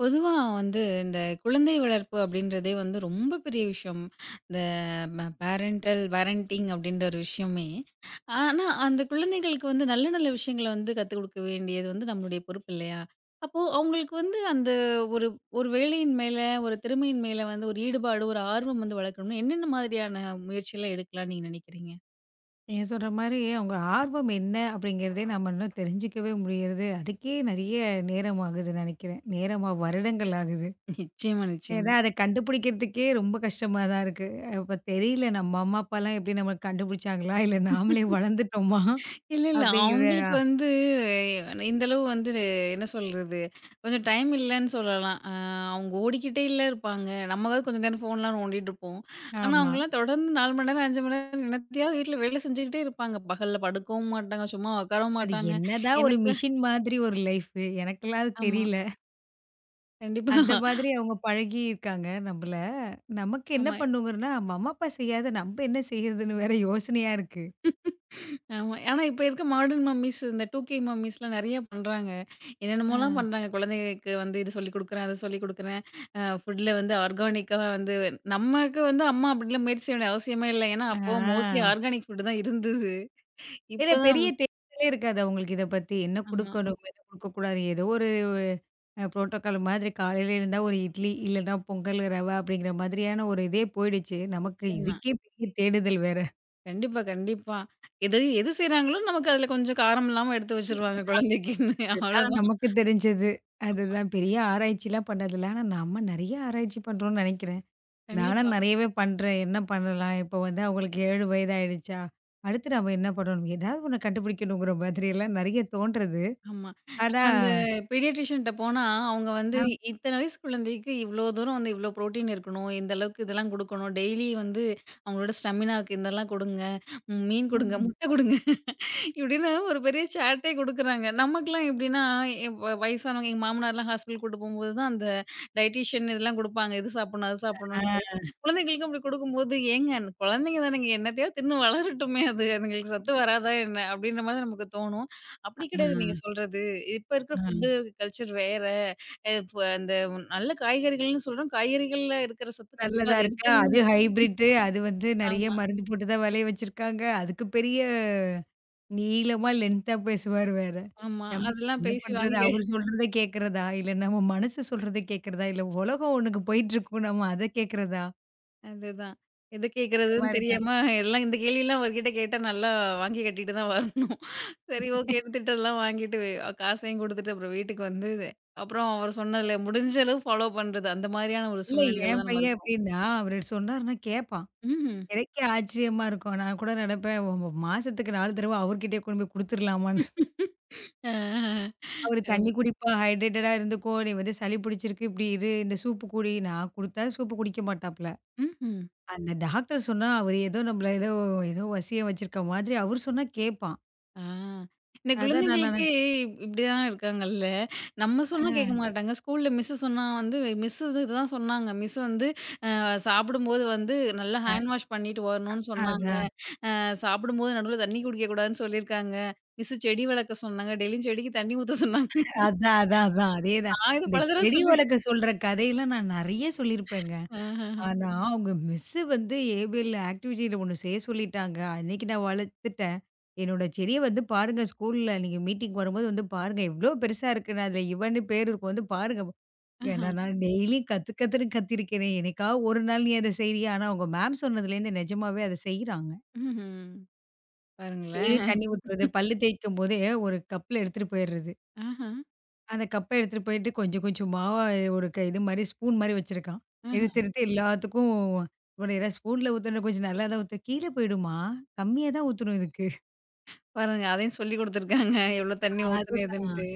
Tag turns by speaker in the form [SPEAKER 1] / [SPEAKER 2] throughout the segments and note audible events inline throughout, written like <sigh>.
[SPEAKER 1] பொதுவா வந்து இந்த குழந்தை வளர்ப்பு அப்படின்றதே வந்து ரொம்ப பெரிய விஷயம். இந்த பேரண்டல் பேரண்டிங் அப்படின்ற ஒரு விஷயமே. ஆனா, அந்த குழந்தைகளுக்கு வந்து நல்ல நல்ல விஷயங்கள வந்து கத்துக் கொடுக்க வேண்டியது வந்து நம்மளுடைய பொறுப்பு இல்லையா? அப்போ அவங்களுக்கு வந்து அந்த ஒரு ஒரு வேலையின் மேல, ஒரு திறமையின் மேல வந்து ஒரு ஈடுபாடு, ஒரு ஆர்வம் வந்து வளர்க்கணும்னா, என்னென்ன மாதிரியான முயற்சிலாம் எடுக்கலாம்னு நீங்க நினைக்கிறீங்க?
[SPEAKER 2] நீங்க சொல்ற மாரி, அவங்க ஆர்வம் என்ன அப்படிங்கிறதே நம்ம இன்னும் தெரிஞ்சுக்கவே முடியறது, அதுக்கே நெறைய நேரம் ஆகுது நெனைக்கிறேன். நேரமா வருடங்கள் ஆகுது.
[SPEAKER 1] நிச்சயமா,
[SPEAKER 2] ஏன்னா
[SPEAKER 1] நிச்சயமா.
[SPEAKER 2] அத கண்டுபிடிக்கிறதுக்கே ரொம்ப கஷ்டமா தான் இருக்கு. இப்ப தெரியல நம்ம அம்மா, அப்பாலாம் எப்படி நம்மள கண்டுபிடிச்சாங்களா? இல்ல நாமளே வளர்ந்துட்டோமா?
[SPEAKER 1] இல்ல, இல்ல.
[SPEAKER 2] அப்படிங்கிற
[SPEAKER 1] அவங்களுக்கு வந்து இந்த அளவு வந்து என்ன சொல்றது? கொஞ்சம் டைம் இல்லன்னு சொல்லலாம். அவங்க ஓடிக்கிட்டே இல்ல இருப்பாங்க. நம்மளாவது கொஞ்ச நேரம் ஃபோன்லாம் நோண்டிட்டு இருப்போம். ஆனா,
[SPEAKER 2] ஆமா.
[SPEAKER 1] அவங்கலாம் தொடர்ந்து 4 மணி நேரம், 5 மணி நேரம் என்னத்தையாவது வீட்ல வேலை செஞ்சுக்கிட்டே இருப்பாங்க. பகல்ல படுக்கவும் மாட்டாங்க, சும்மா உட்காரவும்
[SPEAKER 2] அது
[SPEAKER 1] மாட்டாங்க.
[SPEAKER 2] என்னதான் ஒரு
[SPEAKER 1] என்னத்த
[SPEAKER 2] மிஷின் மாதிரி ஒரு லைஃபு, எனக்கெல்லாம் அது
[SPEAKER 1] ஆமா.
[SPEAKER 2] தெரியல.
[SPEAKER 1] கண்டிப்பா.
[SPEAKER 2] அந்த மாதிரி அவங்க பழகியிருக்காங்க நம்மள. நமக்கு என்ன
[SPEAKER 1] ஆமா.
[SPEAKER 2] பண்ணுங்கன்னா, நம்ம அம்மா, அப்பா செய்யாத நம்ம என்ன செய்யறதுன்னு வேற யோசனையா இருக்கு.
[SPEAKER 1] ஆமா. ஆனா, இப்ப இருக்க மாடர்ன் மம்மீஸ் இந்த 2கே மம்மீஸ்லாம் நெறைய பண்றாங்க.
[SPEAKER 2] ஆ.
[SPEAKER 1] என்னென்னமோலாம் பண்றாங்க. குழந்தைகளுக்கு வந்து இது சொல்லிக் குடுக்குறேன், அத சொல்லிக் குடுக்குறேன். ஃபுட்ல வந்து ஆர்கானிக்கா வந்து நமக்கு வந்து அம்மா அப்படிலாம் முயற்சி செய்ய வேண்டிய அவசியமே இல்ல. ஏன்னா,
[SPEAKER 2] ஆ.
[SPEAKER 1] அப்போ மோஸ்ட்லி ஆர்கானிக் ஃபுட் தான் இருந்தது.
[SPEAKER 2] இல்ல
[SPEAKER 1] இப்பதான்
[SPEAKER 2] பெரிய தேடலே இருக்காதா உங்களுக்கு இத பத்தி? என்ன
[SPEAKER 1] ஆமா.
[SPEAKER 2] குடுக்கணும்? என்ன குடுக்கக்கூடாது? ஏதோ ஒரு புரோட்டோகால் மாதிரி காலையில எழுந்தா ஒரு இட்லி, இல்லன்னா பொங்கல், ரவா அப்படிங்கிற மாதிரியான ஒரு இதே போயிடுச்சு. நமக்கு
[SPEAKER 1] நிச்சயமா.
[SPEAKER 2] இதுக்கே பெரிய தேடுதல் வேற.
[SPEAKER 1] கண்டிப்பா, கண்டிப்பா. எது எது செய்றாங்களோ நமக்கு அதுல கொஞ்சம் காரம் இல்லாம எடுத்து வச்சுருவாங்க குழந்தைக்குன்னு.
[SPEAKER 2] அதுதான்
[SPEAKER 1] அவ்வளோதான்.
[SPEAKER 2] நமக்கு தெரிஞ்சது.
[SPEAKER 1] ஆமா.
[SPEAKER 2] அதுதான் பெரிய ஆராய்ச்சிலாம் பண்ணதில்ல. ஆனா நம்ம நெறைய ஆராய்ச்சி பண்றோம்னு நெனைக்கிறேன். நானும்
[SPEAKER 1] கண்டிப்பா.
[SPEAKER 2] நெறையவே பண்றேன். என்ன பண்ணலாம்? இப்போ வந்து அவங்களுக்கு 7 வயது ஆயிடுச்சா? அடுத்து நம்ம என்ன பண்ணணும்? ஏதாவது ஒண்ணு கண்டுபிடிக்கணுங்கிற மாதிரியெல்லாம் நெறைய தோன்றது.
[SPEAKER 1] ஆமா. நம்ம
[SPEAKER 2] ஆனா
[SPEAKER 1] அந்த பீடியாட்ரிஷியன்ட்ட போனா, அவங்க வந்து
[SPEAKER 2] ஆ.
[SPEAKER 1] இத்தன வயசு குழந்தைக்கு இவ்ளோ தூரம் வந்து இவ்ளோ புரோட்டீன் இருக்கணும். இந்த அளவுக்கு இதெல்லாம் குடுக்கணும். டெய்லி வந்து அவங்களோட ஸ்டெமினாக்கு இதெல்லாம் குடுங்க. ம் மீன் குடுங்க,
[SPEAKER 2] ம்.
[SPEAKER 1] முட்டை குடுங்க இப்படின்னு ஒரு பெரிய சேட்டே குடுக்குறாங்க. நமக்கெல்லாம் எப்படின்னா, எப் வயசானவங்க எங்க மாமனார்லாம் ஹாஸ்பிட்டல் கூட்டு போம்போது தான் அந்த டயட்டீஷியன் இதெல்லாம் குடுப்பாங்க. இது சாப்பிடணும், அது சாப்பிடணும்ன்ட்டு.
[SPEAKER 2] ஆ.
[SPEAKER 1] குழந்தைகளுக்கு அப்படி குடுக்கும்போது, "ஏங்க அந்த குழந்தைங்க தானேங்க என்னத்தையோ தின்னு வளரட்டுமே அது. அதுங்களுக்கு சத்து வராதா என்ன?" அப்படின்ற மாரி நமக்கு தோணும்.
[SPEAKER 2] ஆ,
[SPEAKER 1] அப்படி கிடையாது நீங்க சொல்றது. இப்ப இருக்கிற
[SPEAKER 2] ஆ.
[SPEAKER 1] ஃபுட்டு கல்ச்சர் வேற. இப்ப அந்த நல்ல காய்கறிகள்னு சொல்றோம். காய்கறிகள்ல இருக்கிற சத்து கண்டிப்பா
[SPEAKER 2] நல்லதா
[SPEAKER 1] அதுல
[SPEAKER 2] இருக்கா?
[SPEAKER 1] இருக்குன்னு
[SPEAKER 2] அது ஹைபிரிட்டு. அது வந்து நெறைய
[SPEAKER 1] ஆமா,
[SPEAKER 2] மருந்து போட்டு தான் வெளைய வச்சிருக்காங்க. அதுக்கு பெரிய நீளமா லென்த்தா பேசுவாரு வேற.
[SPEAKER 1] ஆமா.
[SPEAKER 2] நமக்கு
[SPEAKER 1] அதெல்லாம்
[SPEAKER 2] என்ன
[SPEAKER 1] பேசி
[SPEAKER 2] பண்றது?
[SPEAKER 1] வாங்கி
[SPEAKER 2] அவரு சொல்றத கேட்கிறதா? இல்ல நம்ம மனசு சொல்றத கேட்கிறதா? இல்ல உலகம் ஒண்ணுக்கு போயிட்டுருக்கும். நம்ம அத கேட்கிறதா?
[SPEAKER 1] அதுதான். எத
[SPEAKER 2] அந்த
[SPEAKER 1] கேட்கிறதுன்னு
[SPEAKER 2] மாரி தான்.
[SPEAKER 1] தெரியாம எல்லாம் இந்த கேள்விலாம் அவர்கிட்ட கேட்டா நல்லா வாங்கி கட்டிட்டு தான் வரணும். சரி ஓகேன்னு திட்டதெல்லாம் வாங்கிட்டு காசையும் குடுத்துட்டு அப்புறம் வீட்டுக்கு வந்து அப்புறம் அவர் சொன்னதுல முடிஞ்ச அளவு ஃபாலோ பண்றது. அந்த மாதிரியான ஒரு
[SPEAKER 2] இல்ல
[SPEAKER 1] சூழ்நிலைகள்ல
[SPEAKER 2] என்
[SPEAKER 1] தான் நம்ம
[SPEAKER 2] பையன்
[SPEAKER 1] இருக்கோம்.
[SPEAKER 2] எப்படின்னா, அவரு சொன்னாருன்னா கேட்பான்.
[SPEAKER 1] ம்ஹ்ம்.
[SPEAKER 2] எனக்கே ஆச்சரியமா இருக்கும். நான் கூட நெனப்பேன், ஒ மாசத்துக்கு 4 தடவ அவர்கிட்டயே கொண்டு போய் குடுத்துர்லாமான்னு.
[SPEAKER 1] ஆஹஹ.
[SPEAKER 2] அவரு தண்ணி
[SPEAKER 1] அருமை.
[SPEAKER 2] குடிப்பா, ஹைட்ரேட்டடா இருந்துக்கோ, நீ வந்து சளி பிடிச்சிருக்கு, இப்படி இரு, இந்த சூப்பு குடி. நான் குடுத்தா சூப்பு குடிக்க மாட்டாப்ல.
[SPEAKER 1] ம்ஹ்ம்.
[SPEAKER 2] அந்த டாக்டர் சொன்னா, அவரு ஏதோ நம்மள ஏதோ ஏதோ வசியம் வச்சிருக்க மாதிரி அவரு சொன்னா கேட்பான்.
[SPEAKER 1] ஆ. இந்த
[SPEAKER 2] அதான் நான்
[SPEAKER 1] குழந்தைகளுக்கே இப்படிதான் இருக்காங்கல்ல. நம்ம சொன்னா கேட்க
[SPEAKER 2] நினைப்பேன்.
[SPEAKER 1] மாட்டாங்க. ஸ்கூல்ல மிஸ் சொன்னா வந்து மிஸ் இதுதான் சொன்னாங்க. மிஸ் வந்து சாப்பிடும்போது வந்து நல்லா
[SPEAKER 2] அ
[SPEAKER 1] ஹேண்ட் வாஷ் பண்ணிட்டு வரணும்னு சொன்னாங்க.
[SPEAKER 2] அதான்,
[SPEAKER 1] சாப்பிடும்போது நடுவுல தண்ணி குடிக்கக்கூடாதுன்னு சொல்லியிருக்காங்க. மிஸ் செடி வளர்க்க சொன்னாங்க. டெய்லியும் செடிக்கு தண்ணி ஊத்த சொன்னாங்க.
[SPEAKER 2] அதான். அதேதான்.
[SPEAKER 1] நான் இத
[SPEAKER 2] இந்த
[SPEAKER 1] பல தடவ
[SPEAKER 2] செடி
[SPEAKER 1] சொல்லி
[SPEAKER 2] வளர்க்க சொல்ற கதையெல்லாம் நான் நெறைய சொல்லியிருப்பேங்க.
[SPEAKER 1] ஆஹா,
[SPEAKER 2] ஆனா, அவங்க மிஸ்ஸு வந்து ஏபிஎல் ஆக்டிவிட்டில ஒண்ணு செய்ய சொல்லிட்டாங்க. அன்னைக்கு நான் வளர்த்துட்டேன். என்னோட செடிய வந்து பாருங்க, ஸ்கூல்ல நீங்க மீட்டிங் வரும்போது வந்து பாருங்க. எவ்ளோ பெருசா இருக்குன்னு அதுல இவன்னு பேர் இருக்கும். வந்து பாருங்க.
[SPEAKER 1] ஆஹா,
[SPEAKER 2] ஏன்னா நான் டெய்லியும் கத்து கத்துன்னு கத்திருக்கிறேன். என்னைக்காவது ஒரு நாள் நீ அத செய்றியா? ஆனா அவங்க மேம் சொன்னதுலேருந்து நிஜமாவே அத செய்றாங்க.
[SPEAKER 1] ம்ஹ்ம்.
[SPEAKER 2] டெய்லியும்
[SPEAKER 1] பாருங்களேன்.
[SPEAKER 2] தண்ணி ஊத்துறது, பல்லு தேய்க்கும்போதே ஒரு கப்ல எடுத்துட்டு போயிறது.
[SPEAKER 1] ஆஹா,
[SPEAKER 2] அந்த கப்ப எடுத்துட்டு போயிட்டு கொஞ்சம் கொஞ்சமா ஒரு க இது மாரி ஸ்பூன் மாரி வச்சிருக்கான்.
[SPEAKER 1] ஆஹா.
[SPEAKER 2] எடுத்து எடுத்து எல்லாத்துக்கும் ஒரேரா ஸ்பூன்ல ஊத்தணும், கொஞ்சம் நல்லா தான் ஊத்து. "கீழ போயிடுமா, கம்மியா தான் ஊத்தணும் இதுக்கு."
[SPEAKER 1] பாருங்க அதையும் சொல்லிக் குடுத்துருக்காங்க. எவ்ளோ தண்ணி ஊத்தணும்
[SPEAKER 2] அதுதான்.
[SPEAKER 1] எதுன்ட்டு.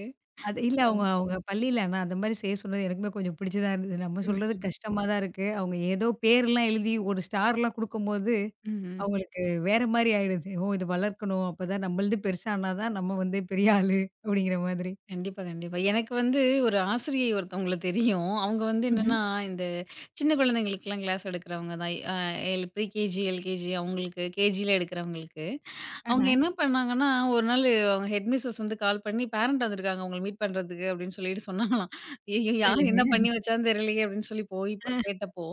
[SPEAKER 2] அது இல்ல, அவங்க அவங்க பள்ளியில ஆனா அந்த மாரி செய்ய சொன்னது எனக்குமே கொஞ்சம் பிடிச்சுதான் இருந்தது. நம்ம சொல்றது
[SPEAKER 1] ம்,
[SPEAKER 2] கஷ்டமா தான் இருக்கு. அவங்க ஏதோ பேர்லாம் எழுதி ஒரு ஸ்டார்லாம் குடுக்கும்போது,
[SPEAKER 1] ம்ஹ்ம்.
[SPEAKER 2] அவங்களுக்கு வேற மாரி ஆயிடுது. ஓ! இது வளர்க்கணும். அப்பதான் நம்மளது பெருசானா தான் நம்ம வந்து பெரிய ஆளு அப்படிங்கிற மாதிரி.
[SPEAKER 1] கண்டிப்பா, கண்டிப்பா. எனக்கு வந்து ஒரு ஆசிரியை ஒருத்தவங்கள தெரியும். அவங்க வந்து
[SPEAKER 2] ம்ஹ்ம்.
[SPEAKER 1] என்னன்னா, இந்த சின்ன குழந்தைங்களுக்குலாம் கிளாஸ் எடுக்கிறவங்க தான். எல் ப்ரீ கேஜி, எல்கேஜி அவங்களுக்கு கேஜில எடுக்கிறவங்களுக்கு.
[SPEAKER 2] ஆஹ.
[SPEAKER 1] அவங்க என்ன பண்ணாங்கன்னா, ஒரு நாள் அவங்க ஹெட் மிஸ்ஸஸ் வந்து கால் பண்ணி, பேரண்ட் வந்திருக்காங்க உங்கள மீட் பண்றதுக்கு அப்படின்னு சொல்லிட்டு சொன்னாங்களாம். ஐயய்யோ! யார் என்ன
[SPEAKER 2] சரிங்க.
[SPEAKER 1] பண்ணி வச்சான்னு தெரியலையே அப்படின்னு சொல்லி போய்
[SPEAKER 2] ஆ.
[SPEAKER 1] கேட்டப்போ,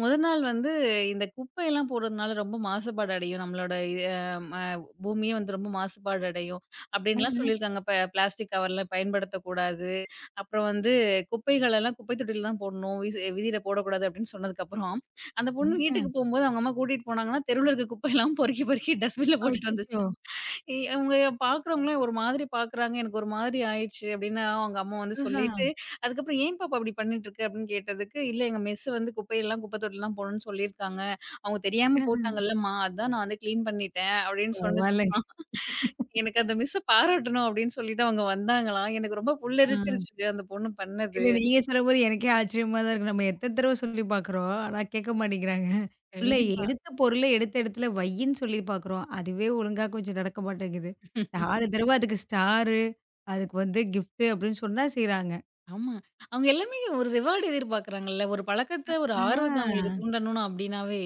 [SPEAKER 1] முத நாள் வந்து இந்த குப்பையெல்லாம் போடுறதுனால ரொம்ப மாசுபாடு அடையும். நம்மளோட இது ம பூமியே வந்து ரொம்ப மாசுபாடு அடையும். அப்படின்லாம் சொல்லியிருக்காங்க. பிளாஸ்டிக் கவர்லாம் பயன்படுத்தக்கூடாது. அப்புறம் வந்து குப்பைகள் எல்லாம் குப்பை தொட்டியில தான் போடணும். வீச வீதியில போடக்கூடாது அப்படின்னு சொன்னதுக்கப்புறம், அந்த பொண்ணு
[SPEAKER 2] ஆஹ.
[SPEAKER 1] வீட்டுக்கு போம்போது அவங்க அம்மா கூட்டிட்டு போனாங்கன்னா, தெருவுல இருக்க குப்பையெல்லாம் பொறுக்கி பொறுக்கி டஸ்ட்பின்ல போட்டுட்டு
[SPEAKER 2] அச்சச்சோ!
[SPEAKER 1] வந்துச்சு. ஏ அவங்க பார்க்குறவங்கலாம் ஒரு மாதிரி பார்க்குறாங்க. எனக்கு ஒரு மாதிரி ஆயிருச்சு அப்டின்னா, அவங்க அம்மா வந்து
[SPEAKER 2] ஆஹா,
[SPEAKER 1] சொல்லிட்டு, அதுக்கப்புறம் "ஏன் பாப்பா இப்டி பண்ணிட்டுருக்க?" அப்டின்னு கேட்டதுக்கு, "இல்ல எங்க மிஸ் வந்து குப்பையெல்லாம் குப்பை தொட்டில தான் போடணும்னு சொல்லியிருக்காங்க. அவங்க தெரியாம
[SPEAKER 2] ஆஹா.
[SPEAKER 1] போட்டாங்கல்லம்மா, அதான் நான் வந்து கிளீன் பண்ணிட்டேன்" அப்டின்னு
[SPEAKER 2] பரவாயில்லங்க.
[SPEAKER 1] சொன்னுச்சுமா. எனக்கு அந்த மிஸ்ஸ பாராட்டணும் அப்டின்னு சொல்லிட்டு அவங்க வந்தாங்களாம். எனக்கு ரொம்ப
[SPEAKER 2] ஆ.
[SPEAKER 1] புல்லரிச்சிருச்சு அந்த பொண்ணு பண்ணது.
[SPEAKER 2] இல்ல நீங்க சொல்லும்போது எனக்கே ஆச்சரியமா தான் இருக்கு. நம்ம எத்தன தடவ சொல்லி பார்க்குறோம். ஆனா கேட்க மாட்டேங்கிறாங்க. இல்ல
[SPEAKER 1] கண்டிப்பா.
[SPEAKER 2] எடுத்த பொருள எடுத்த இடத்துல வையின்னு சொல்லி பார்க்குறோம். அதுவே ஒழுங்கா கொஞ்சம் நடக்க மாட்டேங்குது. 4 தடவ அதுக்கு ஸ்டாரு, அதுக்கு வந்து கிஃப்ட் அப்படின்னு சொன்னா செய்றாங்க.
[SPEAKER 1] ஆமா. அவங்க எல்லாமே ஒரு ரிவார்ட் எதிர்பார்க்குறாங்கல்ல. ஒரு பழக்கத்த, ஒரு
[SPEAKER 2] ஆ.
[SPEAKER 1] ஆர்வத்த அவங்களுக்கு தூண்டணும் அப்டின்னாவே,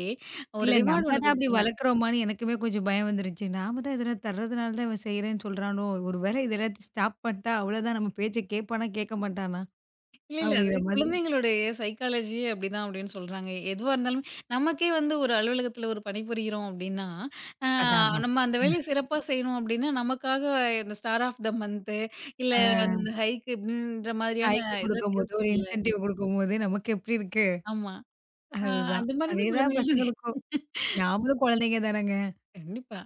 [SPEAKER 1] ஒரு
[SPEAKER 2] இல்ல நம்ம
[SPEAKER 1] ரிவார்ட் ஒண்ணு
[SPEAKER 2] தான் அப்படி
[SPEAKER 1] குடுத்துரணும்.
[SPEAKER 2] வளர்க்குறோமான்னு எனக்குமே கொஞ்சம் பயம் வந்துருச்சு. நாம தான் எதனா தர்றதுனால தான் இவன் செய்றேன்னு சொல்றானோ! ஒரு வேளை இத எல்லாத்தையும் ஸ்டாப் பண்ணிட்டா அவ்வளோதான், நம்ம பேச்ச கேட்பானா, கேட்க மாட்டானா?
[SPEAKER 1] இல்ல, இல்ல. அது
[SPEAKER 2] அப்படிங்கிற மாதிரி.
[SPEAKER 1] குழந்தைங்களுடைய சைக்காலஜியே அப்படிதான் அப்படின்னு சொல்றாங்க. எதுவா இருந்தாலுமே நமக்கே வந்து ஒரு அலுவலகத்தில ஒரு பணிபுரியிறோம் அப்படின்னா, அ
[SPEAKER 2] அதான் அதான்.
[SPEAKER 1] நம்ம அந்த வேலைய சிறப்பா செய்யணும் அப்படின்னா, நமக்காக இந்த ஸ்டார் ஆஃப் த மந்த்து இல்ல அந்த ஹைக் இப்படின்ற மாதிரியான
[SPEAKER 2] ஹைக்கு
[SPEAKER 1] இதெல்லாம்
[SPEAKER 2] குடுக்கும்போது, ஒரு
[SPEAKER 1] தேவைப்படுதுல்ல.
[SPEAKER 2] இன்சென்டிவ் குடுக்கும்போது நமக்கு எப்படி இருக்கு?
[SPEAKER 1] ஆமா. அ
[SPEAKER 2] அதுதான்.
[SPEAKER 1] அந்த மாரி தான்
[SPEAKER 2] அதேதான்
[SPEAKER 1] குழந்தைகளுக்கு
[SPEAKER 2] பசங்களுக்கும். நாமளும் குழந்தைங்க தானங்க.
[SPEAKER 1] கண்டிப்பா.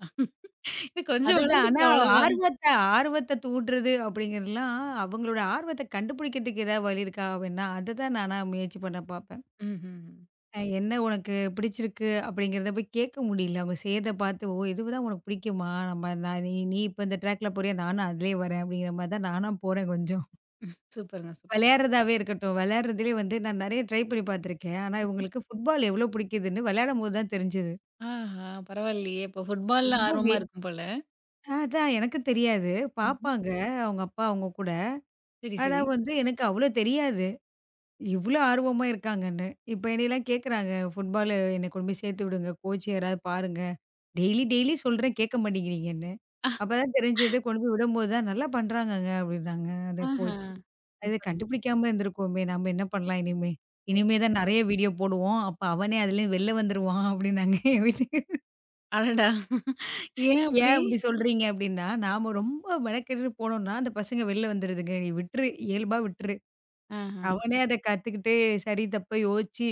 [SPEAKER 1] இது கொஞ்சம்
[SPEAKER 2] அதுதான். ஆனா
[SPEAKER 1] வளர்ந்துட்டோம் அவ்வளோதான்.
[SPEAKER 2] ஆர்வத்த ஆர்வத்த தூண்டுறது அப்படிங்கிறதுலாம், அவங்களோட ஆர்வத்த கண்டுபிடிக்கிறதுக்கு ஏதாவது வழி இருக்கா அப்படின்னா, அததான் நானா முயற்சி பண்ண பார்ப்பேன்.
[SPEAKER 1] ம்ஹ்ம்.
[SPEAKER 2] "என்ன உனக்கு பிடிச்சிருக்கு?" அப்படிங்கிறத போய் கேட்க முடியல. அவங்க செய்யறத பார்த்து, "ஓ! இதுதான் உனக்கு பிடிக்குமா? நம்ம நான் நீ நீ இப்ப இந்த ட்ராக்ல போறியா? நானும் அதிலயே வரேன்." அப்படிங்கிற மாரி தான் நானா போறேன் கொஞ்சம்.
[SPEAKER 1] சூப்பருங்க, சூப்பர்.
[SPEAKER 2] விளையாடுறதாவே இருக்கட்டும். விளையாடுறதுலயே வந்து நான் நெறைய ட்ரை பண்ணி பார்த்துருக்கேன். ஆனா இவங்களுக்கு ஃபுட்பால் எவ்ளோ பிடிக்குதுன்னு விளையாடும்போது தான் தெரிஞ்சது.
[SPEAKER 1] ஆஹா! பரவாயில்லையே! அப்போ ஃபுட்பால்ல
[SPEAKER 2] ரொம்பவே.
[SPEAKER 1] ஆர்வமா இருக்கும் போல.
[SPEAKER 2] அதான் எனக்கும் தெரியாது.
[SPEAKER 1] ம்ஹ்ம்.
[SPEAKER 2] பார்ப்பாங்க அவங்க அப்பா, அவங்க கூட.
[SPEAKER 1] சரி,
[SPEAKER 2] ஆனா
[SPEAKER 1] சரி.
[SPEAKER 2] வந்து எனக்கு அவ்ளோ தெரியாது, இவ்ளோ ஆர்வமா இருக்காங்கன்னு. இப்ப என்னையெல்லாம் கேட்குறாங்க, "ஃபுட்பாலு என்னை கொண்டு போய் சேர்த்து விடுங்க. கோச் யாராவது பாருங்க. டெய்லி டெய்லி சொல்றேன் கேட்க மாட்டேங்கிறீங்கன்னு." அப்பதான் தெரிஞ்சது, கொண்டு போய் விடும்போது தான், "நல்லா பண்றாங்கங்க" அப்படின்னாங்க அந்த
[SPEAKER 1] ஆஹா!
[SPEAKER 2] கோச். அது
[SPEAKER 1] சூப்பருங்க.
[SPEAKER 2] கண்டுபிடிக்காம இருந்திருக்கோமே! நம்ம என்ன பண்ணலாம் இனிமே? இனிமே தான் நெறைய வீடியோ போடுவோம். அப்ப அவனே அதுலேருந்து வெளில வந்துருவான் அப்டின்னாங்க என் வீட்டுக்கு.
[SPEAKER 1] அடடா! ஏன்
[SPEAKER 2] ஏன்
[SPEAKER 1] அப்படி?
[SPEAKER 2] அப்டி சொல்றீங்க அப்டின்னா, நாம ரொம்ப மெனக்கெட்டு போனோம்னா, அந்த பசங்க வெளில வந்துருதுங்க. நீ விட்டுரு, இயல்பா விட்டுரு.
[SPEAKER 1] ஆஹா.
[SPEAKER 2] அவனே அத கத்துக்கிட்டு சரி, தப்ப யோசிச்சு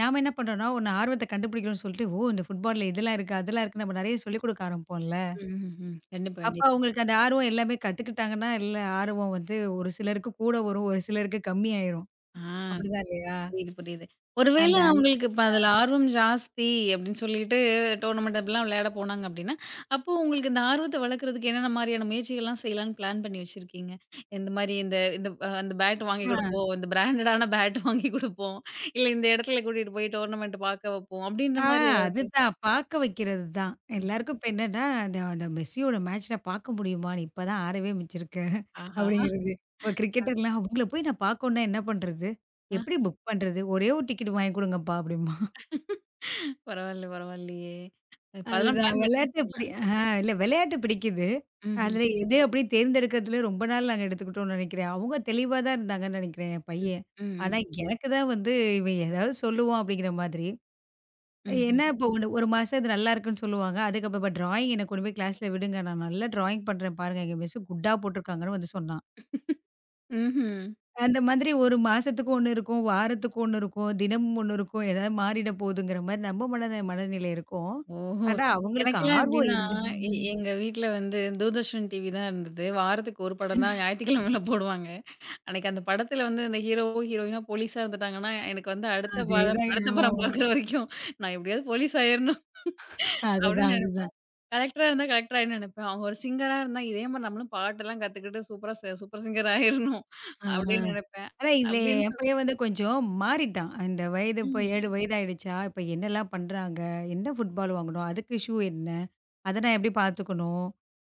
[SPEAKER 2] நாம என்ன பண்றோம்னா, ஒண்ணு ஆர்வத்த கண்டுபிடிக்கணும்னு சொல்லிட்டு, ஓ! இந்த ஃபுட்பால்ல இதெல்லாம் இருக்கு, அதெல்லாம் இருக்கு. நம்ம நெறைய சொல்லிக் குடுக்க ஆரம்பிப்போம்ல.
[SPEAKER 1] ம்ஹ்ஹ்ம். கண்டிப்பா,
[SPEAKER 2] அப்ப
[SPEAKER 1] கண்டிப்பா.
[SPEAKER 2] அவங்களுக்கு அந்த ஆர்வம் எல்லாமே கத்துக்கிட்டாங்கன்னா, இல்ல ஆர்வம் வந்து ஒரு சிலருக்கு கூட வரும், ஒரு சிலருக்கு கம்மியாயிரும்.
[SPEAKER 1] ஆ
[SPEAKER 2] அப்டிதான் இல்லையா?
[SPEAKER 1] புரியுது, புரியுது. ஒருவேள
[SPEAKER 2] அந்த
[SPEAKER 1] ம்.
[SPEAKER 2] அல்
[SPEAKER 1] அவங்களுக்கு இப்ப அதுல ஆர்வம் ஜாஸ்தி அப்படின்னு சொல்லிட்டு டோர்னமெண்ட் அப்படிலாம் விளையாட போனாங்க அப்படின்னா, அப்போ உங்களுக்கு இந்த ஆர்வத்த வளர்க்கறதுக்கு என்னென்ன மாரியான முயற்சிகள்லாம் செய்யலான்னு பிளான் பண்ணி வச்சிருக்கீங்க? இந்த மாரி இந்த இந்த அந்த பேட் வாங்கி
[SPEAKER 2] அ.
[SPEAKER 1] குடுப்போம், இந்த பிராண்டடான பேட் <laughs> வாங்கி குடுப்போம், இல்ல இந்த இடத்துல கூட்டிட்டு போய் டோர்னமெண்ட் பார்க்க வைப்போம் அப்படின்ற
[SPEAKER 2] ஆ,
[SPEAKER 1] மாரி ஏதாவது?
[SPEAKER 2] அதுதான். பார்க்க வைக்கிறது தான்.
[SPEAKER 1] ம்.
[SPEAKER 2] எல்லாருக்கும் இப்ப என்னன்னா, அந்த அந்த மெஸ்ஸியோட மேட்ச் நான் பார்க்க முடியுமா? நீ இப்ப தான் ஆறவே மிச்சிருக்க.
[SPEAKER 1] ஆஹா!
[SPEAKER 2] அப்படிங்கிறது. இப்ப கிரிக்கெட்டர்லாம் அவங்கள போய் நான் பார்க்கணும்னா என்ன பண்றது? எப்படி புக் பண்றது? ஒரே ஒரு டிக்கெட் வாங்கி குடுங்கப்பா அப்படிம்பான்.
[SPEAKER 1] பரவால்ல, பரவால்லையே! இப்ப அதெல்லாம்
[SPEAKER 2] அதுதான்
[SPEAKER 1] பிளான்
[SPEAKER 2] விளையாட்டு
[SPEAKER 1] பண்ணியிருக்கீங்களா?
[SPEAKER 2] இப்படி. இல்ல விளையாட்டு பிடிக்குது.
[SPEAKER 1] ம்ஹ்ம்.
[SPEAKER 2] அதுல எது அப்படி தேர்ந்தெடுக்கிறதுல ரொம்ப நாள் நாங்க எடுத்துக்கிட்டோம்னு நெனைக்கிறேன். அவங்க தெளிவா தான் இருந்தாங்கன்னு நெனைக்கிறேன் என்
[SPEAKER 1] ம்.
[SPEAKER 2] பையன். ஆனா
[SPEAKER 1] ம்.
[SPEAKER 2] எனக்கு தான் வந்து இவன் ஏதாவது சொல்லுவான் அப்படிங்கிற மாதிரி.
[SPEAKER 1] ம்ஹ்ம்.
[SPEAKER 2] ஏன்னா, இப்போ ஒண்ணு 1 மாசம் இது நல்லா இருக்குன்னு சொல்லுவாங்க. அதுக்கப்புறமா "ட்ராயிங் என்ன கொண்டு போய் கிளாஸ்ல விடுங்க. நான் நல்லா ட்ராயிங் பண்றேன் பாருங்க. எங்க மிஸ் குட்டா போட்டுருக்காங்கன்னு" வந்து சொன்னான்.
[SPEAKER 1] ம்ஹ்ம்.
[SPEAKER 2] அந்த மாதிரி 1 மாசத்துக்கு 1 இருக்கும், வாரத்துக்கு 1 இருக்கும், தினமும் 1 இருக்கும். ஏதாவது மாறிட போகுதுங்கிற மாரி நம்ம மனநிலை இருக்கும்.
[SPEAKER 1] ஓஹோ!
[SPEAKER 2] ஆனா, அவங்களுக்கு
[SPEAKER 1] எனக்கெல்லாம்
[SPEAKER 2] ஆர்வம்
[SPEAKER 1] எப்படின்னா,
[SPEAKER 2] இல்ல.
[SPEAKER 1] எங்க வீட்ல வந்து தூர்தர்ஷன் டிவி தான் இருந்தது. வாரத்துக்கு ஒரு படம் தான் ஞாயிற்றுக்கிழமையில போடுவாங்க. அன்னைக்கு அந்த படத்தில வந்து அந்த ஹீரோவோ, ஹீரோயினோ போலீஸா இருந்துட்டாங்கன்னா, எனக்கு வந்து அடுத்த படம்
[SPEAKER 2] அதேதாங்க.
[SPEAKER 1] அடுத்த படம்
[SPEAKER 2] ஆமாமா.
[SPEAKER 1] பார்க்குற வரைக்கும் நான் எப்படியாவது போலீஸ் ஆயிரணும்
[SPEAKER 2] அதுதான்,
[SPEAKER 1] அப்படின்னு
[SPEAKER 2] அதுதான்.
[SPEAKER 1] நெனைப்பேன். கலெக்டரா இருந்தா கலெக்டர் ஆயிடணும்னு நெனைப்பேன். அவங்க ஒரு சிங்கரா இருந்தா இதே மாரி நம்மளும் பாட்டெல்லாம் கத்துக்கிட்டு சூப்பரா சூப்பர் சிங்கர் ஆயிரணும்
[SPEAKER 2] ஆ, ஆ.
[SPEAKER 1] அப்படின்னு நெனைப்பேன்.
[SPEAKER 2] ஆனா, இதுல
[SPEAKER 1] அப்படின்னு
[SPEAKER 2] என்
[SPEAKER 1] சொல்
[SPEAKER 2] பையன் வந்து கொஞ்சம் மாறிட்டான். இந்த வயது இப்போ
[SPEAKER 1] ம்ஹ்ம்.
[SPEAKER 2] 7 வயது ஆயிடுச்சா, இப்போ என்னலாம் பண்றாங்க? என்ன ஃபுட்பால் வாங்கணும்? அதுக்கு ஷூ என்ன? அத நான் எப்படி பார்த்துக்கணும்?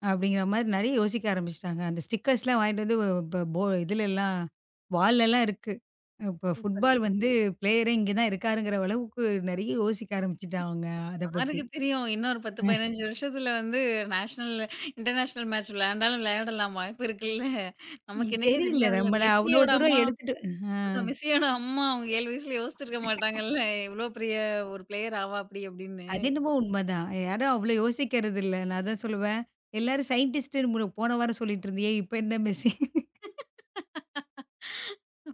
[SPEAKER 2] அப்படிங்கிற மாரி நெறைய யோசிக்க ஆரம்பிச்சுட்டாங்க. அந்த ஸ்டிக்கர்ஸ்லாம் வாங்கிட்டு வந்து இப்ப போ இதுலலாம் வால்லலாம் இருக்கு. இப்ப
[SPEAKER 1] சூப்பர்.
[SPEAKER 2] ஃபுட்பால் வந்து பிளேயரே இங்க தான் இருக்காருங்கிற அளவுக்கு நெறைய யோசிக்க ஆரம்பிச்சுட்டாங்க அத பத்தி.
[SPEAKER 1] யாருக்கு தெரியும் இன்னொரு 10,
[SPEAKER 2] <laughs>
[SPEAKER 1] 15 வருஷத்துல வந்து நேஷனல், இன்டர்நேஷனல் மேட்ச் விளையாண்டாலும் விளையாடலாம் வாய்ப்பு இருக்குல்ல. நமக்கு என்னைக்கே
[SPEAKER 2] தெரியல
[SPEAKER 1] தெரியாதுல்ல.
[SPEAKER 2] நம்மள அவ்வளோ
[SPEAKER 1] மெஸ்ஸியோட
[SPEAKER 2] தூரம்
[SPEAKER 1] அம்மா
[SPEAKER 2] எடுத்துட்டு. ஆ
[SPEAKER 1] அதான் மெஸ்ஸியோட அம்மா அவங்க 7 வயசுல யோசிச்சிருக்க மாட்டாங்கல்ல. இவ்ளோ பெரிய ஒரு பிளேயர் ஆவா அப்படி அப்படின்னு.
[SPEAKER 2] அது என்னமோ உண்மதான். யாரும் அவ்வளோ யோசிக்கிறது இல்ல. நான் அதான் சொல்லுவேன். எல்லாரும் சயின்டிஸ்ட்ன்னு போன வாரம் சொல்லிட்டு இருந்தியே, இப்ப என்ன மெஸ்ஸி?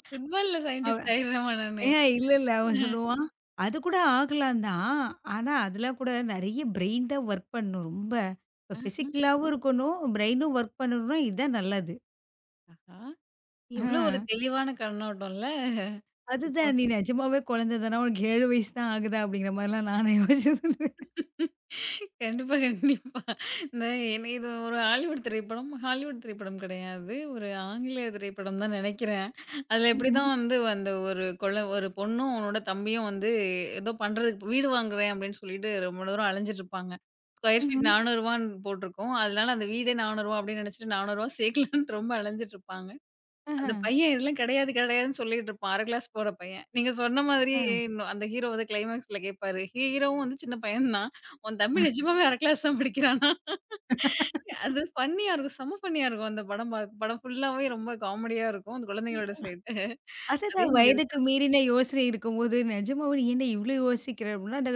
[SPEAKER 1] ஃபுட்பால்ல சயின்டிஸ்ட் ஆயிடுறேமா நானு.
[SPEAKER 2] ஏங்க இல்ல. அவன் சொல்லுவான், அது கூட ஆகலாம் தான். ஆனா, அதெல்லாம் கூட நெறைய பிரெயின் தான் ஒர்க் பண்ணும் ரொம்ப. இப்ப
[SPEAKER 1] ஆஹா,
[SPEAKER 2] பிசிக்கலாவும் இருக்கணும், பிரெயினும் ஒர்க் பண்ணணும்னா இதான் நல்லது.
[SPEAKER 1] ஆஹா.
[SPEAKER 2] ஆ
[SPEAKER 1] எவ்ளோ ஒரு தெளிவான கண்ணோட்டம்ல. இப்போ
[SPEAKER 2] அதுதான், நீ நிஜமாவே குழந்தை தானா? உனக்கு 7 வயசு தான் ஆகுதா? அப்படிங்கிற மாரிலாம் நானே யோசிச்சதுண்டு.
[SPEAKER 1] கண்டிப்பா, கண்டிப்பா. இந்த எனக்கு இது ஒரு ஹாலிவுட் திரைப்படம். ஹாலிவுட் திரைப்படம் கிடையாது. ஒரு ஆங்கில திரைப்படம் தான் நினைக்கிறேன். அதுல
[SPEAKER 2] ம்ஹ்ம்.
[SPEAKER 1] எப்படிதான் வந்து அந்த ஒரு கொள்ள ஒரு பொண்ணும் அவனோட தம்பியும் வந்து ஏதோ பண்றதுக்கு வீடு வாங்குறேன் அப்படின்னு சொல்லிட்டு ரொம்ப தூரம் அலைஞ்சிட்டு இருப்பாங்க. ஸ்கொயர் ஃபீட் ம்.
[SPEAKER 2] ம்ஹ்ம்.
[SPEAKER 1] 400 ரூவான்னு போட்டிருக்கும். அதனால அந்த வீடே 400 ரூவா அப்படின்னு நினைச்சுட்டு 400 ரூவா சேர்க்கலான்ட்டு ரொம்ப அலைஞ்சிட்டு இருப்பாங்க.
[SPEAKER 2] ஆஹா.
[SPEAKER 1] அந்த பையன் இதெல்லாம் கிடையாது கிடையாதுன்னு சொல்லிட்டு இருப்பான். 1/2 கிளாஸ் போற பையன். நீங்க சொன்ன மாதிரி
[SPEAKER 2] ஆ.
[SPEAKER 1] இன்னும் அந்த ஹீரோ வந்து கிளைமாக்ஸ்ல கேட்பாரு. ஹீரோவும் வந்து சின்ன பையன் தான். உன் தம்பி நிஜமாவே 1/2 கிளாஸ் தான் படிக்கிறானா? அது ஃபன்னியா இருக்கும். செம ஃபன்னியா இருக்கும். அந்த படம் படம் ஃபுல்லாவே ரொம்ப காமெடியா இருக்கும். அந்த குழந்தைங்களோட சேட்ட. அதே
[SPEAKER 2] அதுதான்
[SPEAKER 1] மாதிரி
[SPEAKER 2] வயதுக்கு மீறின யோசனை இருக்கும்போது, நிஜமாவே நீ என்ன இவ்ளோ யோசிக்கிற? அப்படின்னா, அந்த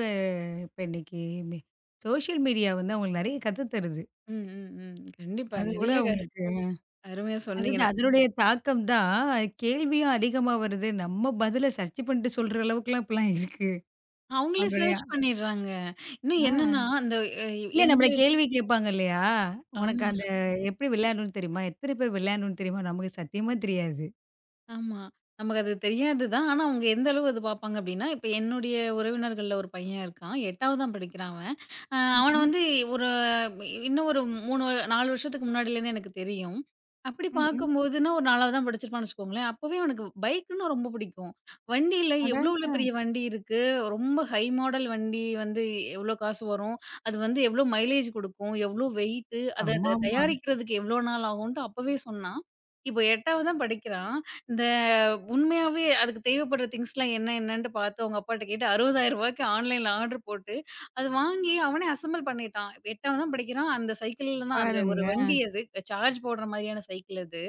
[SPEAKER 2] இப்ப இன்னைக்கு மே சோசியல் மீடியா வந்து அவங்களுக்கு நெறைய கத்து தருது.
[SPEAKER 1] ம், ம், ம். கண்டிப்பா.
[SPEAKER 2] அது கூட
[SPEAKER 1] நெறைய
[SPEAKER 2] அவங்களுக்கு
[SPEAKER 1] அருமையா சொன்னீங்க.
[SPEAKER 2] அதுதான். அதனுடைய தாக்கம் தான் கேள்வியும் அதிகமா வருது. நம்ம பதில சர்ச் பண்ணிட்டு சொல்ற அளவுக்குலாம் இப்பலாம் இருக்கு.
[SPEAKER 1] அவங்களே
[SPEAKER 2] அப்படியா?
[SPEAKER 1] சர்ச் பண்ணிடுறாங்க. இன்னும் என்னன்னா,
[SPEAKER 2] ஆ.
[SPEAKER 1] அந்த எ
[SPEAKER 2] இல்ல
[SPEAKER 1] எங்க
[SPEAKER 2] நம்மள கேள்வி கேட்பாங்க இல்லையா? உனக்கு
[SPEAKER 1] ஆமா.
[SPEAKER 2] அந்த எப்படி விளையாடணும்னு தெரியுமா? எத்தன பேர் விளையாடணும்னு தெரியுமா? நமக்கு சத்தியமா தெரியாது.
[SPEAKER 1] ஆமா. நமக்கு அது தெரியாது தான். ஆனா, அவங்க எந்த அளவு அது பார்ப்பாங்க அப்டின்னா, இப்ப என்னுடைய உறவினர்கள்ல ஒரு பையன் இருக்கான். 8வது தான் படிக்கிறான் அவன். அவன
[SPEAKER 2] ம்ஹ்ம்.
[SPEAKER 1] வந்து ஒரு இன்னும் ஒரு 3 4 வருஷத்துக்கு முன்னாடிலேருந்து எனக்கு தெரியும். அப்படி
[SPEAKER 2] ம்ஹ்ம்.
[SPEAKER 1] பார்க்கும்போதுன்னா, ஒரு 4வது தான் படிச்சிருப்பான்னு வச்சுக்கோங்களேன். அப்பவே அவனுக்கு பைக்குன்னா ரொம்ப பிடிக்கும். வண்டியில
[SPEAKER 2] அட!
[SPEAKER 1] எவ்ளோ இவ்ளோ
[SPEAKER 2] ஆ.
[SPEAKER 1] பெரிய வண்டி இருக்கு. ரொம்ப ஹை மாடல் வண்டி வந்து எவ்ளோ காசு வரும். அது வந்து எவ்ளோ மைலேஜ் குடுக்கும். எவ்ளோ வெயிட்டு. அத
[SPEAKER 2] ஆமாமா.
[SPEAKER 1] தயாரிக்கிறதுக்கு எவ்ளோ நாள் ஆகும்ன்ட்டு அப்பவே சொன்னான். இப்போ 8வது தான் படிக்கிறான். இந்த உண்மையாவே அதுக்கு தேவைப்படுற திங்ஸ்லாம் என்ன என்னன்ட்டு பார்த்து அவங்க அப்பாட்ட கேட்டு ரூ. 60,000க்கு ஆன்லைன்ல ஆர்டர் போட்டு, அது வாங்கி அவனே அசெம்பிள் பண்ணிட்டான். 8வது தான் படிக்கிறான். அந்த சைக்கிள்ல தான் அந்த ஒரு வண்டி
[SPEAKER 2] பாருங்களேன்.
[SPEAKER 1] அது. சார்ஜ் போடுற மாதிரியான சைக்கிள் அது.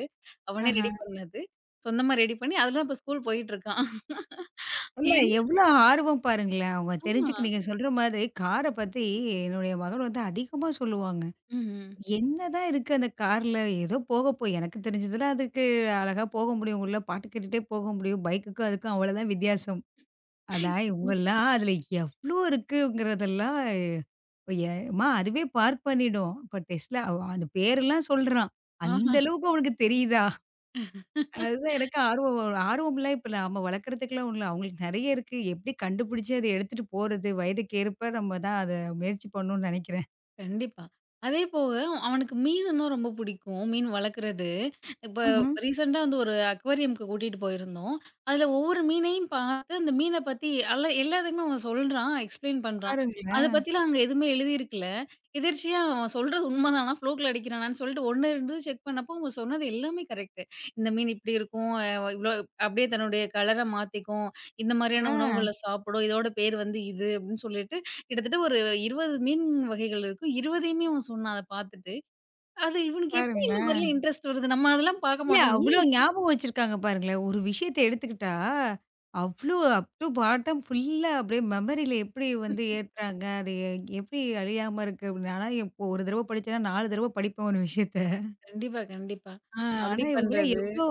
[SPEAKER 1] அவனே
[SPEAKER 2] ஆஹா.
[SPEAKER 1] ரெடி பண்ணது. சொந்தமா ரெடி பண்ணி அதுல தான் இப்ப ஸ்கூல் போயிட்டு இருக்கான்.
[SPEAKER 2] இல்ல
[SPEAKER 1] என்
[SPEAKER 2] எவ்ளோ ஆர்வம் பாருங்களேன். அவங்க
[SPEAKER 1] ஆமா.
[SPEAKER 2] தெரிஞ்சுக்க நீங்க சொல்ற மாதிரி கார பத்தி என்னுடைய மகள் வந்து அதிகமா சொல்லுவாங்க.
[SPEAKER 1] ம்ஹ்ம்.
[SPEAKER 2] என்னதான் இருக்கு அந்த கார்ல? ஏதோ போக போ எனக்கு தெரிஞ்சதுல அதுக்கு அழகா போக முடியும். உள்ள பாட்டு கேட்டுட்டே போக முடியும். பைக்குக்கும் அதுக்கும் அவ்வளோதான் வித்தியாசம். ஆனா
[SPEAKER 1] கண்டிப்பா.
[SPEAKER 2] இவங்கலாம் அதில எவ்ளோ இருக்குங்கிறதெல்லாம் எ "அம்மா அதுவே பார்க் பண்ணிடும்." இப்போ டெஸ்லா அவ அந்த பேரெல்லாம் சொல்றான்.
[SPEAKER 1] ஆஹ.
[SPEAKER 2] அந்த அளவுக்கு அவனுக்கு தெரியுதா? அதுதான் எனக்கு ஆர்வம் வரும். ஆர்வம்லாம் இப்ப நாம வளர்க்குறதுக்குலாம் ஒண்ணும் இல்ல. அவங்களுக்கு நெறைய இருக்கு. எப்படி கண்டுபிடிச்சு அத எடுத்துட்டு போறது? வயதுக்கு ஏற்ப நம்ம தான் அத முயற்சி பண்ணணும்னு நெனைக்கிறேன்.
[SPEAKER 1] கண்டிப்பா. அதே போக அவனுக்கு மீனுன்னா ரொம்ப புடிக்கும். மீன் வளர்க்குறது. இப்ப
[SPEAKER 2] ம்ஹ்ம்.
[SPEAKER 1] ரீசென்ட்டா வந்து ஒரு அக்வாரியம்க்கு கூட்டிட்டு போயிருந்தோம். அதுல ஒவ்வொரு மீனையும் பார்த்து, அந்த மீன பத்தி அல்ல எல்லாத்தையுமே அவன் சொல்றான், எக்ஸ்ப்ளைன் பண்றான். அத
[SPEAKER 2] பாருங்களேன்!
[SPEAKER 1] பத்திலாம் அங்க எதுவுமே எழுதியிருக்கல. எதிர்ச்சியா அவன் சொல்றது உண்மதானா, ஃப்ளோக்ல அடிக்கிறானான்னு சொல்லிட்டு 1, 2 செக் பண்ணப்போ அவங்க சொன்னது எல்லாமே கரெக்ட்டு. இந்த மீன் இப்படி இருக்கும். இவ்ளோ அப்படியே தன்னுடைய கலர மாத்திக்கும். இந்த
[SPEAKER 2] ஆ
[SPEAKER 1] மாதிரியான உணவுகள சாப்பிடும். இதோட பேர் வந்து இது அப்படின்னு சொல்லிட்டு கிட்டத்தட்ட ஒரு 20 மீன் வகைகள் இருக்கும். 20யுமே அவன் சொன்னான் அத பார்த்துட்டு. அது இவனுக்கு எப்படி இந்த
[SPEAKER 2] பாருங்களேன்!
[SPEAKER 1] மாரிலாம் இன்ட்ரெஸ்ட் வருது? நம்ம அதெல்லாம் பார்க்க
[SPEAKER 2] இல்ல
[SPEAKER 1] மாட்டோம்.
[SPEAKER 2] அவ்ளோ
[SPEAKER 1] மீன்
[SPEAKER 2] ஞாபகம் வச்சிருக்காங்க பாருங்களேன். ஒரு விஷயத்த எடுத்துக்கிட்டா, அவ்ளோ அப் டூ பாட்டம் ஃபுல்லா அப்படியே மெமரியில எப்படி வந்து ஏத்துறாங்க, அது எ எப்படி அழியாம இருக்கு அப்படின்னு. ஆனா இப்போ ஒரு தடவ படிச்சேன்னா 4 தடவ படிப்பேன் ஒரு விஷயத்த.
[SPEAKER 1] கண்டிப்பா, கண்டிப்பா.
[SPEAKER 2] ஆ. ஆனா
[SPEAKER 1] அப்படி
[SPEAKER 2] இவங்கலாம்
[SPEAKER 1] பண்றது.
[SPEAKER 2] எவ்ளோ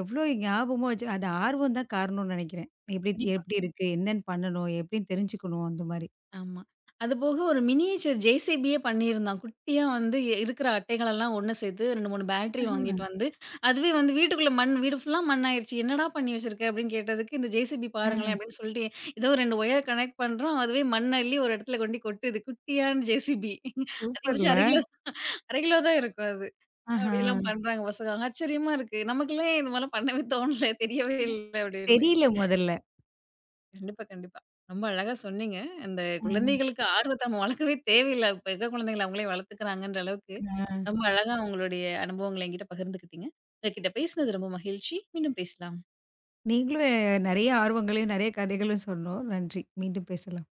[SPEAKER 2] எவ்ளோ ஞாபகமா வச்சு அது ஆர்வம் தான் காரணம்னு நெனைக்கிறேன். எப்படி
[SPEAKER 1] கண்டிப்பா.
[SPEAKER 2] எப்படி இருக்கு, என்னன்னு பண்ணணும், எப்படின்னு தெரிஞ்சுக்கணும் அந்த மாரி.
[SPEAKER 1] ஆமா. அதுபோக ஒரு மினியேச்சர் ஜேசிபியே பண்ணியிருந்தான். குட்டியா வந்து இருக்கிற அட்டைகளெல்லாம் ஒண்ணு சேர்த்து 2, 3 பேட்டரி வாங்கிட்டு
[SPEAKER 2] ம்ஹ்ம்.
[SPEAKER 1] வந்து, அதுவே வந்து வீட்டுக்குள்ள மண் வீடு ஃபுல்லா மண்ணாயிருச்சு. "என்னடா பண்ணி வச்சிருக்க?" அப்படின்னு கேட்டதுக்கு, "இந்த ஜேசிபி
[SPEAKER 2] ஆ.
[SPEAKER 1] பாருங்களேன்" அப்படின்னு சொல்லிட்டு, ஏதோ 2 ஒயர் கனெக்ட் பண்றோம். அதுவே மண் அள்ளி ஒரு இடத்துல கொண்டி கொட்டுது. குட்டியான ஜேசிபி. அதிகபட்சம்
[SPEAKER 2] சூப்பர்ல.
[SPEAKER 1] 1/2 கிலோ 1/2 கிலோ தான் இருக்கும் அது.
[SPEAKER 2] ஆஹா.
[SPEAKER 1] அப்படிலாம் பண்றாங்க பசங்க. ஆச்சரியமா இருக்கு. நமக்கெல்லாம் இது மாரிலாம் பண்ணவே தோணல. தெரியவே இல்ல அப்படின்னு.
[SPEAKER 2] தெரியல முதல்ல.
[SPEAKER 1] கண்டிப்பா, கண்டிப்பா. ரொம்ப அழகா சொன்னீங்க. அந்த
[SPEAKER 2] ம்.
[SPEAKER 1] குழந்தைகளுக்கு ஆர்வத்த நம்ம வளர்க்கவே தேவையில்ல. இப்ப இருக்க குழந்தைகள அவங்களே வளர்த்துக்கிறாங்கன்ற அளவுக்கு,
[SPEAKER 2] ஆ.
[SPEAKER 1] ரொம்ப அழகா உங்களுடைய அனுபவங்கள என்கிட்ட பகிர்ந்துக்கிட்டீங்க. உங்ககிட்ட பேசினது ரொம்ப மகிழ்ச்சி. மீண்டும் பேசலாம்.
[SPEAKER 2] நீங்களும் நெறைய ஆர்வங்களையும், நெறைய கதைகளும் சொன்னோம். நன்றி. மீண்டும் பேசலாம்.